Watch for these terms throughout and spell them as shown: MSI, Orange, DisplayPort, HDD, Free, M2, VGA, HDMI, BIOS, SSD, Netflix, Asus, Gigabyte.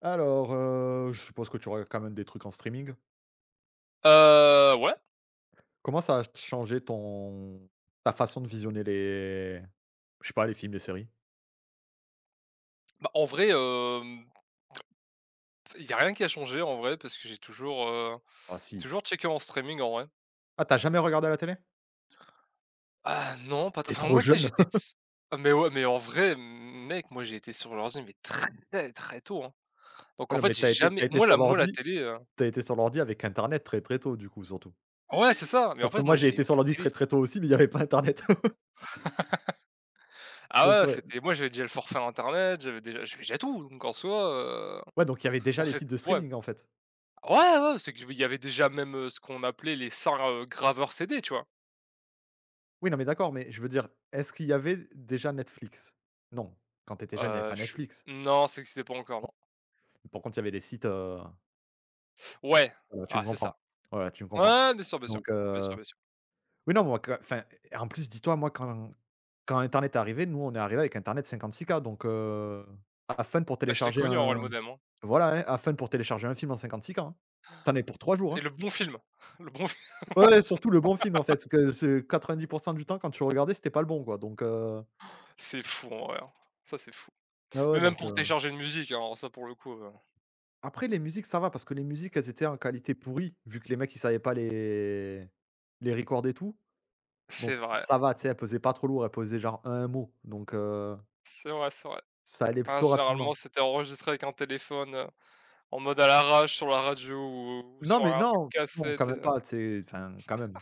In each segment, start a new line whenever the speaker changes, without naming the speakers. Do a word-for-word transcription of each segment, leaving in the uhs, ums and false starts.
Alors, heu, je suppose que tu regardes quand même des trucs en streaming.
Heu, ouais,
Comment ça a changé ton ta façon de visionner les je sais pas, les films, les séries?
bah, en vrai, il y a rien qui a changé en vrai parce que j'ai toujours, heu,
Ah
j'ai
si.
toujours checké en streaming en vrai.
Ah, t'as jamais regardé à la télé?
Ah non, pas t
T'es
enfin
trop
moi tu sais
jeune.
j'étais s ah mais ouais, mais en vrai, mec, moi j'ai été sur l'ordi mais très, très tôt, hein. Donc
Ah
en
non,
fait
mais
j'ai
t'as été
jamais
t'as été
moi la
sur
moi la
l'ordi
télé, heu
t'as été sur l'ordi avec internet très, très tôt du coup, surtout?
ouais c'est ça, mais en
Parce que
fait
moi
moi
j'ai
j'ai
été sur
la
l'ordi
télé
très,
c'est
très tôt aussi, mais il y avait pas internet.
ah
Donc
ouais
ouais.
c'était moi j'avais déjà le forfait internet, j'avais déjà j'avais déjà tout donc en soi, heu,
Ouais, donc il y avait
bon
déjà les
c'est
sites de
ouais.
streaming en fait?
Ouais, ouais, c'est qu'il y avait déjà même, heu, ce qu'on appelait les cent, heu, graveurs C D, tu vois?
Oui, non mais d'accord, mais je veux dire, est-ce qu'il y avait déjà Netflix? Non. Quand t'étais jeune, il y avait
Heu,
pas
je suis
Netflix.
Non, ça existait pas encore, non.
Par contre, il y avait les sites, heu
Ouais,
Voilà, tu
ah,
me
c'est
comprends.
ça.
Voilà, tu me comprends.
Ouais, bien sûr, bien sûr.
Donc,
Bien sûr,
heu,
bien sûr.
oui, non, moi, que enfin, et en plus, dis-toi, moi, quand quand internet est arrivé, nous, on est arrivé avec internet cinquante-six K, donc, heu, à peine pour
Ah, je l'ai
télécharger
connu,
un
Enrôle Modem, hein
voilà, hein, à peine pour télécharger un film en cinquante-six K, hein. Tu en pour trois jours,
et
hein.
le bon film, le bon film.
Ouais, ouais, surtout le bon film, en fait, parce que c'est quatre-vingt-dix du temps, quand tu regardais, c'était pas le bon, quoi, donc, heu,
C'est fou, en vrai, hein. Ça, c'est fou.
ouais,
Mais
ouais,
même
donc,
pour
heu
télécharger une musique, hein, alors ça, pour le coup, heu,
après les musiques, ça va parce que les musiques, elles étaient en qualité pourrie, vu que les mecs, ils savaient pas les les recorder et tout.
c'est
Donc
vrai,
ça va, tu sais, elle pesait pas trop lourd, elle pesait genre un mot, donc heu,
c'est vrai, c'est vrai.
ça allait
Hein,
plutôt
généralement,
rapidement.
c'était enregistré avec un téléphone, heu, en mode à l'arrache sur la radio ou ou
Non,
sur
mais
un truc
non, non, quand
cassette et
même
heu
pas, tu sais, enfin, quand même.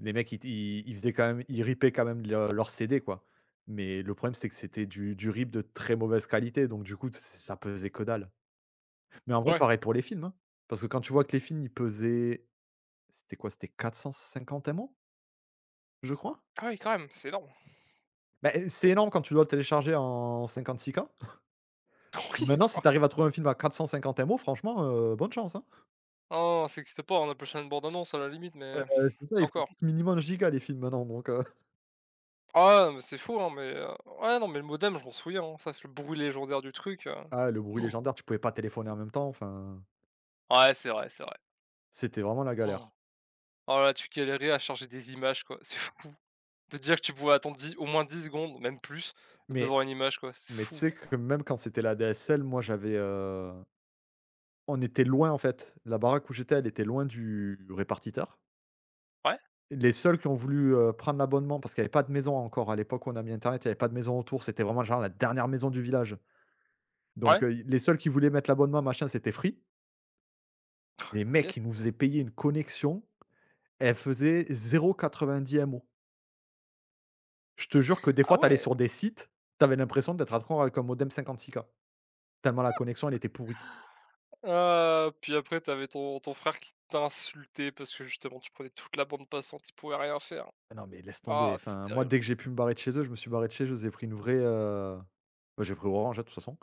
Les mecs, ils ils ils faisaient quand même ils ripaient quand même le leurs C D, quoi. Mais le problème, c'est que c'était du du rip de très mauvaise qualité, donc du coup, t ça pesait que dalle. Mais en vrai,
ouais.
pareil pour les films, hein, parce que quand tu vois que les films, ils pesaient c'était quoi? C'était quatre cent cinquante M O, je crois?
Ah oui, quand même, c'est énorme.
Bah, eh, c'est énorme quand tu dois le télécharger en cinquante six k.
Oui,
Maintenant, si
ouais.
tu arrives à trouver un film à quatre cent cinquante M O, franchement, heu, bonne chance, hein.
Non, non, ça existe pas, on a appelle ça une bande annonce à la limite,
Bah,
mais
c'est ça, il faut
encore.
tous minimum un giga les films maintenant donc heu,
Ah ouais, mais c'est fou, hein, mais heu, ouais, non, mais le modem, je m'en souviens, hein, ça, c'est le bruit légendaire du truc, heu,
ah le bruit légendaire, tu pouvais pas téléphoner
c'était
en même temps, enfin,
ouais, c'est vrai, c'est vrai.
c'était vraiment la galère.
Oh là là, tu galérais à charger des images, quoi, c'est fou de dire que tu pouvais attendre dix au moins dix secondes, même plus,
Mais
devant une image, quoi, c'est
mais tu
fou.
sais que même quand c'était la D S L, moi j'avais, heu, on était loin en fait, la baraque où j'étais, elle était loin du répartiteur.
Ouais,
Les seuls qui ont voulu, heu, prendre l'abonnement parce qu'il y avait pas de maison encore à l'époque où on a mis internet, il y avait pas de maison autour, c'était vraiment genre la dernière maison du village. Donc
ouais,
heu, les seuls qui voulaient mettre l'abonnement machin, c'était Free. Les
OK.
mecs, ils nous faisaient payer une connexion, elle faisait zéro virgule quatre-vingt-dix M O. Je te jure que des
Ah
fois, t'allais
ouais,
sur des sites, t'avais l'impression d'être encore avec un modem cinquante-six K, tellement la connexion, elle était pourrie.
heu, puis après, t'avais ton ton frère qui t'insultait parce que justement, tu prenais toute la bande passante, il pouvait rien faire.
Ah non, mais laisse tomber.
Ah, c'est
Enfin, moi,
terrible.
dès que j'ai pu me barrer de chez eux, je me suis barré de chez eux. J'ai pris une vraie, heu, bah, j'ai pris Orange, hein, de toute façon.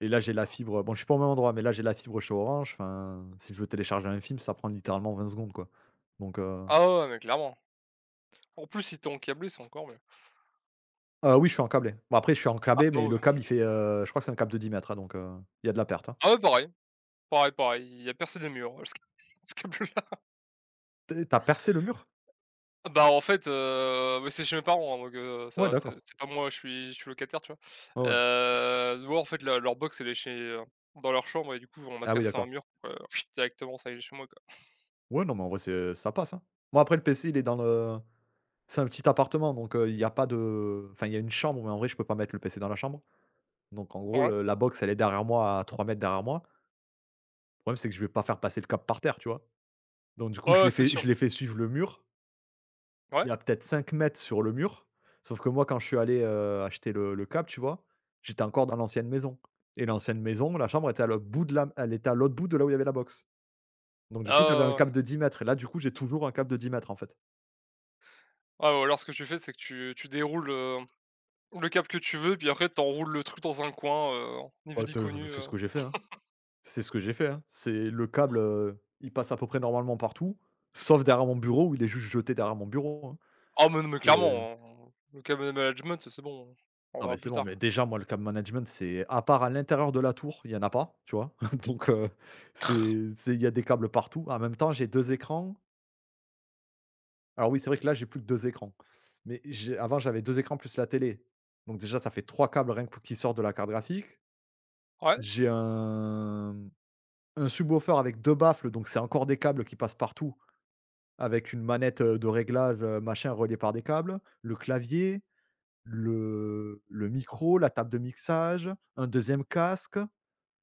Et là, j'ai la fibre, bon, je suis pas au même endroit, mais là, j'ai la fibre chez Orange. Enfin, si je veux télécharger un film, ça prend littéralement vingt secondes, quoi, donc heu,
Ah ouais, ouais, mais clairement. En plus, ils t'ont câblé, c'est encore mieux.
heu, oui, je suis en câblé. Bon, après, je suis en
Ah
câblé,
bah
mais le
ouais.
câble, il fait, heu, je crois que c'est un câble de dix mètres, hein, donc heu, il y a de la perte, hein.
Ah ouais, pareil. Pareil, pareil, il y a percé des murs, ce ce câble-là.
Tu es percé le mur?
Bah, en fait, heu, bah, c'est chez mes parents, hein, donc heu, ça
Ouais,
va, c'est
d'accord.
c'est pas moi, je suis je suis locataire, tu vois?
Ouais, ouais.
Heu, ouais, en fait, leur leur box, elle est chez, heu, dans leur chambre et du coup, on a
Ah oui,
percé un
d'accord.
mur, heu, directement, ça y est, chez moi, quoi.
Ouais, non, mais en vrai, c'est ça passe, hein. Moi, après, le P C, il est dans le c'est un petit appartement, donc heu, il y a pas de enfin, il y a une chambre, mais en vrai, je peux pas mettre le P C dans la chambre. Donc en gros,
Ouais.
le la box, elle est derrière moi, à trois mètres derrière moi. Le problème, c'est que je vais pas faire passer le câble par terre, tu vois? Donc du coup,
Ouais,
je
ouais,
l'ai
c'est
fait
sûr.
je l'ai fait suivre le mur.
Ouais.
Il y a peut-être cinq mètres sur le mur. Sauf que moi, quand je suis allé, heu, acheter le le câble, tu vois? J'étais encore dans l'ancienne maison et l'ancienne maison, la chambre était à l'autre bout de la elle était à l'autre bout de là où il y avait la box. Donc du
Ah
coup, j'avais un
ouais, ouais. Ouais.
câble de dix mètres et là, du coup, j'ai toujours un câble de dix mètres en fait.
Ah ou alors ce que tu fais, c'est que tu tu déroules, heu, le câble que tu veux, puis après tu enroules le truc dans un coin, heu, ni vu
Bah,
ni
te
connu,
c'est
heu.
ce que j'ai fait, hein. C'est ce que j'ai fait, hein. C'est le câble, heu, il passe à peu près normalement partout, sauf derrière mon bureau où il est juste jeté derrière mon bureau, hein.
Ah mais non, mais
C'est
clairement, hein, le câble management, c'est bon, on
non, mais
verra
c'est
plus
bon, mais
tard.
déjà moi le câble management c'est à part à l'intérieur de la tour, il y en a pas, tu vois? Donc heu, c'est c'est il y a des câbles partout. En même temps, j'ai deux écrans. Alors oui, c'est vrai que là, j'ai plus que deux écrans, mais j'ai avant j'avais deux écrans plus la télé. Donc déjà, ça fait trois câbles rien que qui sortent de la carte graphique.
Ouais.
J'ai un un subwoofer avec deux baffles, donc c'est encore des câbles qui passent partout. Avec une manette, heu, de réglage, heu, machin, reliée par des câbles, le clavier, le le micro, la table de mixage, un deuxième casque.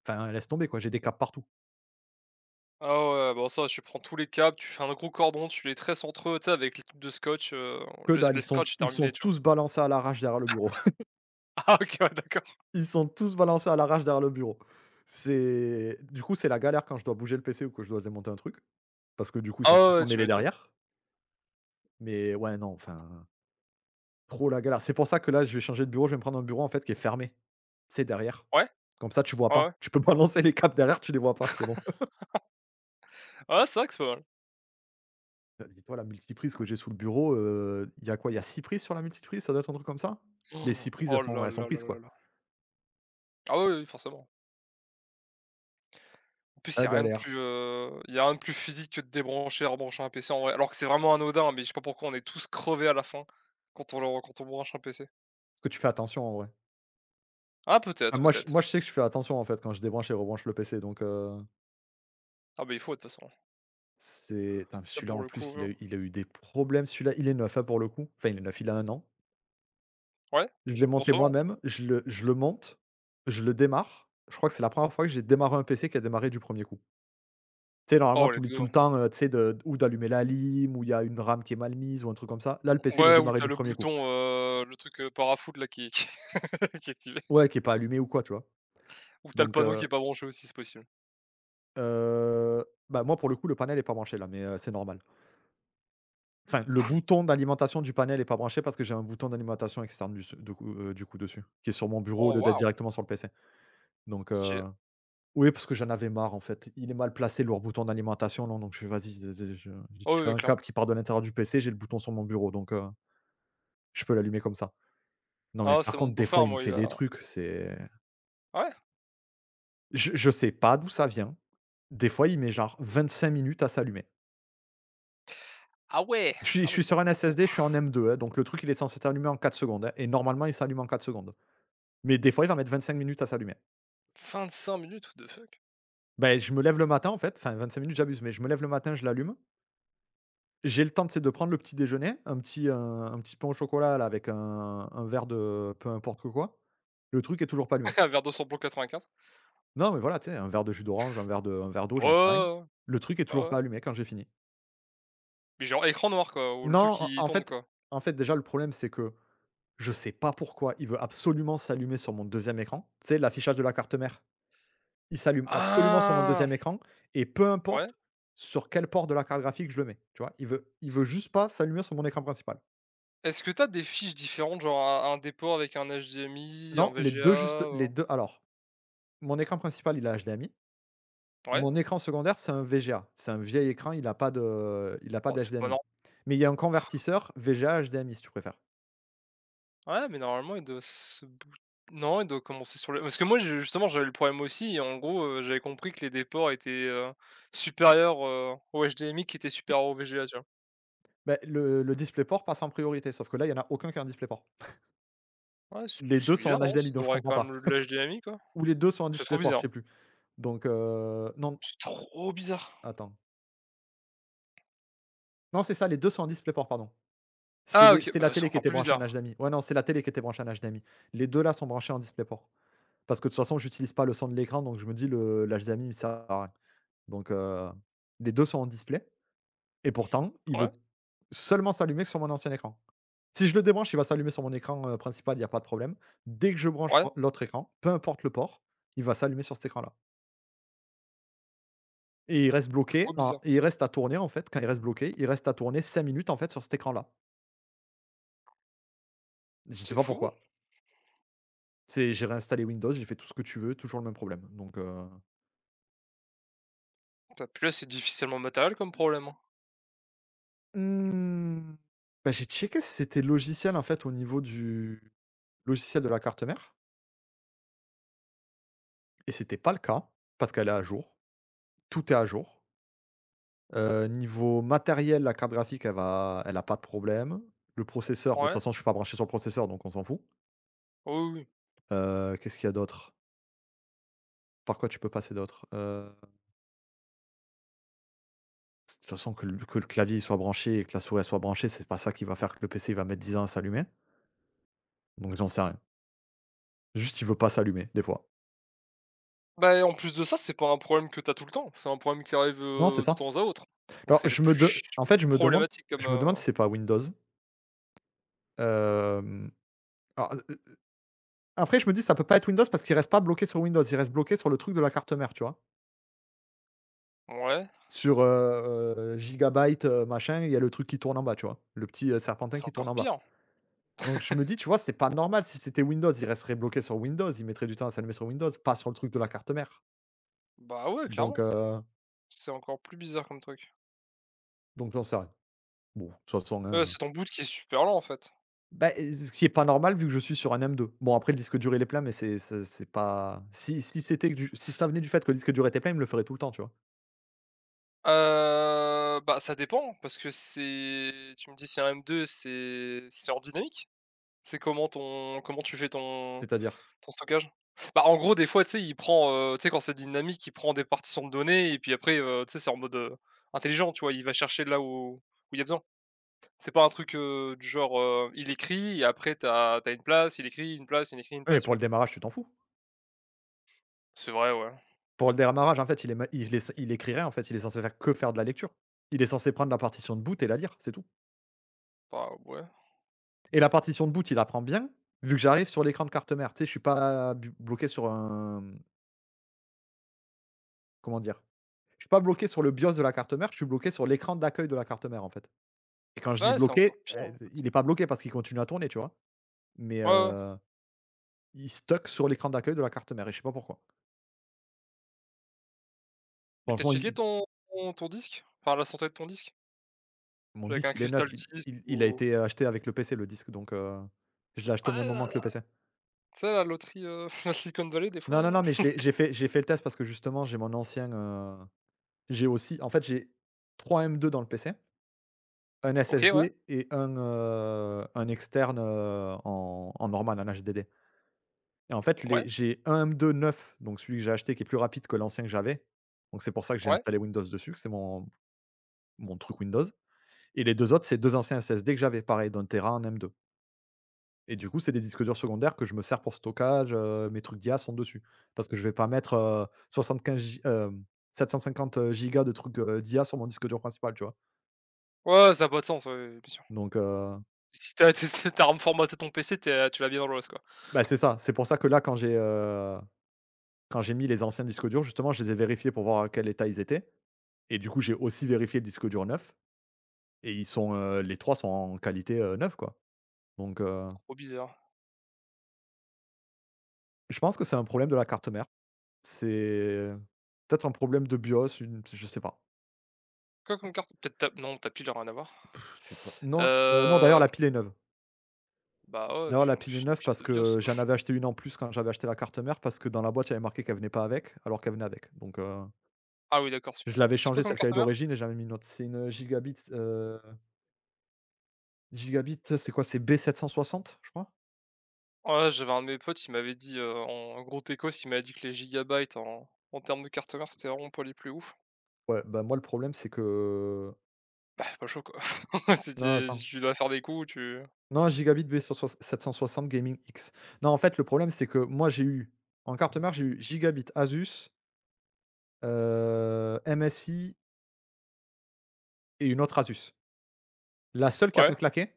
Enfin, laisse tomber quoi, j'ai des câbles partout.
Ah ouais, bon ça tu prends tous les câbles, tu fais un gros cordon, tu les tresses entre eux, tu sais avec les trucs de scotch, heu,
Que
le
dalle,
le
ils sont
scotch c'est
ils sont
terminé, tu vois?
tous balancés à l'arrache derrière le bureau.
Ah OK, ouais, d'accord.
Ils sont tous balancés à l'arrache derrière le bureau. C'est du coup, c'est la galère quand je dois bouger le P C ou que je dois démonter un truc, parce que du coup, ils sont
Ah
tous
ouais, tu
emmêlés
m'étonnes.
derrière. Mais ouais, non, enfin trop la galère. C'est pour ça que là, je vais changer de bureau, je vais me prendre un bureau en fait qui est fermé. C'est derrière.
Ouais,
Comme ça, tu vois
ouais,
pas.
ouais.
Tu peux pas lancer les câbles derrière, tu les vois pas, c'est bon.
Ah c'est vrai que c'est pas mal.
Euh, Dis-toi la multiprise que j'ai sous le bureau, heu, il y a quoi? Il y a six prises sur la multiprise, ça doit être un truc comme ça? Les
Oh
six prises, elles
oh
sont
là
elles sont
là là
prises
là
quoi.
là. Ah oui, oui, forcément. En plus, il
La
y a rien de
galère.
plus, heu, il y a rien de plus physique que de débrancher et rebrancher un P C en vrai, alors que c'est vraiment anodin, mais je sais pas pourquoi on est tous crevés à la fin quand on le quand on branche un P C.
Est-ce que tu fais attention en vrai?
Ah
Ah
peut-être,
moi je
peut-être.
moi je sais que je fais attention en fait quand je débranche et rebranche le P C donc, heu,
Ah beh, il faut de toute façon.
c'est putain
Ça
celui-là
pour
en
le
plus
coup,
il
heu
a eu il a eu des problèmes celui-là, il est neuf, hein, pour le coup. Enfin il est neuf, il a un an.
ouais?
Je l'ai
Bon
monté
ça va, hein.
moi-même, je le je le monte, je le démarre. Je crois que c'est la première fois que j'ai démarré un P C qui a démarré du premier coup. Tu sais,
Oh
normalement, tu
let's
oublies tout
go.
le temps, heu, tu sais, de ou d'allumer la lime ou il y a une RAM qui est mal mise ou un truc comme ça. Là, le P C, il a
Ouais, où
démarré
t'as
du
le
premier coup.
bouton, heu, le truc, heu, parafoot là qui qui qui est activé.
Ouais, qui est pas allumé ou quoi, tu vois?
Ou t'as le
Donc
panneau qui
heu
est pas branché aussi, c'est possible.
heu, bah, moi, pour le coup, le panel est pas branché, là, mais heu, c'est normal. Enfin, le bouton d'alimentation du panel est pas branché parce que j'ai un bouton d'alimentation externe du s du coup, heu, du coup, dessus, qui est sur mon bureau au
Oh
lieu d'être
waouh!
directement sur le P C. Donc
Stylé.
heu Oui, parce que j'en avais marre en fait. Il est mal placé le bouton d'alimentation non donc je fais: «Vas-y, z z je». J'ai
Ah oui,
tiré
oui,
un câble
clairement.
qui part de l'intérieur du P C, j'ai le bouton sur mon bureau donc heu, je peux l'allumer comme ça. Non mais
Ah
par
c'est mon
contre des fois
beau-frère,
il me
moi, il
fait des
a
trucs, c'est
ah ouais?
je je sais pas d'où ça vient. Des fois il met genre vingt-cinq minutes à s'allumer.
Ah ouais!
Je suis je
Ah oui,
suis
ça
sur
fait
un
beaucoup.
S S D, je suis en M deux, hein, donc le truc il est censé s'allumer en quatre secondes, hein, et normalement il s'allume en quatre secondes. Mais des fois il va mettre vingt-cinq minutes à s'allumer.
vingt-cinq minutes? What the fuck?
Ben, je me lève le matin en fait, enfin vingt-cinq minutes j'abuse, mais je me lève le matin, je l'allume. J'ai le temps, tu sais, de prendre le petit déjeuner, un petit, heu, un petit pain au chocolat là avec un un verre de peu importe que quoi. Le truc est toujours pas allumé.
Vers deux cents plombs quatre-vingt-quinze.
Non, mais voilà, tu sais, un verre de jus d'orange, un verre de un verre d'eau,
Ouais,
j'en sais rien.
ouais,
Le truc est
ouais,
toujours
ouais, ouais.
pas allumé quand j'ai fini.
Mais genre écran noir quoi, où le truc
Non, en
qui
en
tourne
fait
quoi.
en fait, déjà, le problème, c'est que je sais pas pourquoi il veut absolument s'allumer sur mon deuxième écran. Tu sais, l'affichage de la carte mère, il s'allume absolument sur mon
Ah!
deuxième écran et peu
Ouais.
importe sur quel port de la carte graphique je le mets, tu vois? Il veut il veut juste pas s'allumer sur mon écran principal.
Est-ce que t'as des fiches différentes, genre un un dépôt avec un H D M I, un
Non, les
VGA,
deux, juste les
heu?
deux. Alors, mon écran principal, il a H D M I.
Ouais?
Mon écran secondaire, c'est un V G A. C'est un vieil écran, il a pas de il a pas
bon c'est pas
d'H D M I. Mais il y a un convertisseur V G A H D M I, si tu préfères.
Ouais, mais normalement, il doit se bout non, il doit commencer sur le parce que moi, je justement, j'avais le problème aussi et en gros, heu, j'avais compris que les déports étaient, heu, supérieurs, heu, au H D M I qui était
Oui.
supérieur au V G A, tu vois?
Ben le le DisplayPort passe en priorité, sauf que là, il y en a aucun qui a un DisplayPort.
Ouais, c'est
Les
c'est
deux sont en
bizarre, hein, ça
H D M I, donc je
devrait être
comprends
quand même
pas.
le H D M I, quoi.
Ou les deux sont en
C'est trop
DisplayPort, je
bizarre.
sais plus. Donc, heu, non,
C'est trop bizarre.
attends. Non, c'est ça, les deux sont en DisplayPort, pardon. C'est
Ah
les
OK,
c'est
bah,
la
c'est
télé qui
encore
était
plus
branchée en
bizarre.
H D M I. Ouais, non, c'est la télé qui était branchée en H D M I. Les deux là sont branchés en DisplayPort. Parce que de toute façon, j'utilise pas le son de l'écran, donc je me dis le l'H D M I, il me sert à. Donc heu, les deux sont en display et pourtant, il
Ouais,
veut seulement s'allumer que sur mon ancien écran. Si je le débranche, il va s'allumer sur mon écran, heu, principal, il y a pas de problème. Dès que je branche
ouais,
l'au l'autre écran, peu importe le port, il va s'allumer sur cet écran-là et il reste bloqué
trop
en
bizarre.
et il reste à tourner, en fait. Quand il reste bloqué, il reste à tourner cinq minutes, en fait, sur cet écran-là. Je sais
C'est
pas
fou,
pourquoi. C'est j'ai réinstallé Windows, j'ai fait tout ce que tu veux, toujours le même problème, donc heu
t'as plus là, c'est difficilement matériel comme problème, hein.
Mmh, bah, j'ai checké si c'était logiciel, en fait, au niveau du logiciel de la carte mère. Et c'était pas le cas, parce qu'elle est à jour. Tout est à jour. Heu, niveau matériel, la carte graphique, elle va elle a pas de problème. Le processeur, bah, de toute
Ouais,
façon, je suis pas branché sur le processeur, donc on s'en fout.
oui, oui.
Heu, qu'est-ce qu'il y a d'autre? Par quoi tu peux passer d'autre? Heu, de toute façon, que le que le clavier soit branché et que la souris, elle soit branchée, c'est pas ça qui va faire que le P C, il va mettre dix ans à s'allumer, donc j'en sais rien. Juste, il veut pas s'allumer, des fois.
Bah et en plus de ça, c'est pas un problème que t'as tout le temps, c'est un problème qui arrive,
Non, c'est
heu, de
ça.
temps à autre. Donc
Alors,
c'est les
je
plus
me
ch
de en fait, je me demande,
problématiques comme,
je me
heu
demande si c'est pas Windows. Hem, alors, après, je me dis, ça peut pas être Windows parce qu'il reste pas bloqué sur Windows, il reste bloqué sur le truc de la carte mère, tu vois?
ouais,
Sur, heu heu, Gigabyte, heu, machin, il y a le truc qui tourne en bas, tu vois? Le petit, heu, serpentin
c'est
qui tourne
encore
en bas.
pire.
Donc je me dis, tu vois, c'est pas normal. Si c'était Windows, il resterait bloqué sur Windows, il mettrait du temps à s'allumer sur Windows, pas sur le truc de la carte mère.
Bah, ouais,
Donc
clairement.
heu,
C'est encore plus bizarre comme truc.
donc j'en sais rien. Bon, de toute façon,
Heu, c'est
hein,
ton boot qui est super lent, en fait.
bah, et ce qui est pas normal, vu que je suis sur un M deux. Bon, après, le disque dur, il est plein, mais c'est c'est c'est pas si si c'était que du si ça venait du fait que le disque dur était plein, il me le ferait tout le temps, tu vois?
Heu, bah, ça dépend parce que c'est tu me dis c'est un M deux, c'est c'est en dynamique? C'est comment ton comment tu fais ton
C'est-à-dire?
ton stockage? Bah, en gros, des fois, tu sais, il prend, heu, tu sais, quand c'est dynamique, il prend des partitions de données et puis après, heu, tu sais, c'est en mode, heu, intelligent, tu vois? Il va chercher là où où il y a besoin. C'est pas un truc, heu, du genre, heu, il écrit et après t'as t'as une place, il écrit, une place, il écrit, une
Oui, mais
place, tu
pour le
vois?
démarrage, tu t'en fous.
C'est vrai, ouais.
Pour le démarrage, en fait, il est ma il est il écrit en fait, il est censé faire que faire de la lecture. Il est censé prendre la partition de boot et la lire, c'est tout.
Bah ouais.
Et la partition de boot, il la prend bien, vu que j'arrive sur l'écran de carte mère. Tu sais, je suis pas bu bloqué sur un, mmh, comment dire? Je suis pas bloqué sur le BIOS de la carte mère, je suis bloqué sur l'écran d'accueil de la carte mère, en fait. Et quand je dis
Ouais, c'est encore
bloqué,
pire,
eh,
en fait.
il est pas bloqué parce qu'il continue à tourner, tu vois? Mais
Ouais, ouais.
heu, il stuck sur l'écran d'accueil de la carte mère et je sais pas pourquoi.
Mais t'as
Franchement,
checké
il
ton ton ton disque? Enfin, la santé de ton disque?
Mon
Avec un
disque, il est
cristal
neuf, il
disc
il il a
ou
été acheté avec le P C, le disque, donc, heu, je l'ai acheté au
ah
même
là
moment que
là!
le P C.
Tu sais la loterie, heu, la Silicon Valley des
Non, non,
fois,
non, mais
hein.
je l'ai j'ai fait j'ai fait le test parce que justement, j'ai mon ancien, heu, j'ai aussi, en fait, j'ai trois m deux dans le P C, un
OK, ouais,
S S D et un, heu, un externe, heu, en en normal, en H D D. Et en fait,
ouais,
les j'ai un m deux neuf, donc celui que j'ai acheté qui est plus rapide que l'ancien que j'avais, donc c'est pour ça que j'ai
ouais.
installé Windows dessus, que c'est mon mon truc Windows, et les deux autres, c'est deux anciens S S D que j'avais, pareil d'un téra en m deux. Et du coup, c'est des disques durs secondaires que je me sers pour stockage, heu, mes trucs d'I A sont dessus. Parce que je vais pas mettre, heu, soixante-quinze gi hem, sept cent cinquante, heu, gigas de trucs, heu, d'I A sur mon disque dur principal, tu vois?
Ouais, ça a pas de sens, ouais, ouais, bien sûr.
Donc, heu,
Si t'as as tu reformaté ton P C, tu es, tu l'as bien dans l'os, quoi.
bah, c'est ça. C'est pour ça que là, quand j'ai, heu, quand j'ai mis les anciens disques durs, justement, je les ai vérifiés pour voir à quel état ils étaient. Et du coup, j'ai aussi vérifié le disque dur neuf, et ils sont, heu, les trois sont en qualité, heu, neuve, quoi. Donc, heu,
Trop bizarre.
je pense que c'est un problème de la carte mère. C'est peut-être un problème de BIOS, une je sais pas.
Quoi comme carte? Peut-être ta non, t'as pile, rien à voir.
Pff, je sais pas. Non, heu, non, d'ailleurs
Heu,
la pile est neuve.
Bah ouais,
D'ailleurs,
puis
la
en
pile est
plus une
neuve
pile
parce
de BIOS.
que j'en avais acheté une en plus quand j'avais acheté la carte mère, parce que dans la boîte, il y avait marqué qu'elle venait pas avec, alors qu'elle venait avec. Donc, heu,
Ah oui, d'accord, super.
je l'avais
C'est quoi
changée,
comme
celle qui avait
carte mère?
d'origine, et j'avais mis une autre. C'est une Gigabit, heu, Gigabit, c'est quoi? C'est B sept cent soixante, je crois?
Ouais, j'avais un de mes potes, il m'avait dit, heu, en gros techos, il m'avait dit que les gigabytes en en termes de carte mère, c'était vraiment pas les plus ouf.
Ouais, bah, moi, le problème c'est que,
Bah, c'est pas chaud, quoi. Si
non,
tu si
attends.
tu dois faire des coups, tu
Non, Gigabit B sept cent soixante Gaming X. Non, en fait, le problème c'est que moi, j'ai eu en carte mère, j'ai eu Gigabit, Asus, heu, M S I et une autre Asus. La seule qui a pas
ouais,
claqué,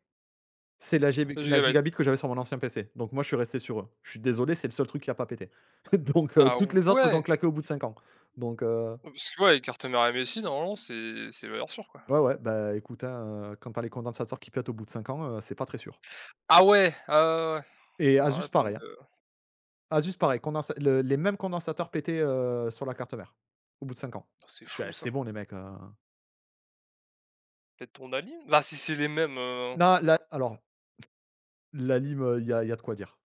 C'est la gib
deux
la
gigabytes?
gigabit que j'avais sur mon ancien P C, donc moi, je suis resté sur eux. Je suis désolé, c'est le seul truc qui a pas pété. Donc, heu,
Ah
toutes les autres, elles ont
ouais!
claqué au bout de cinq ans. Donc, heu,
Parce que, ouais, les cartes mères M S I, normalement, c'est c'est valeur sûre, quoi.
ouais, ouais, bah, écoute, hein, heu, quand tu as les condensateurs qui pètent au bout de cinq ans, heu, c'est pas très sûr.
Ah ouais! Ah ouais,
Et
ouais, ouais. Ouais, le
Asus
problème
pareil, hein.
de
Asus pareil, condensa le les mêmes condensateurs pétés, heu, sur la carte mère, au bout de cinq ans.
c'est
Je fais:
fou
«Eh,
ça.
c'est bon les mecs, heu».
Peut-être ton Ali? Bah, si c'est les mêmes, heu
Non, là, alors, la lime, euh, il y a il y a de quoi dire.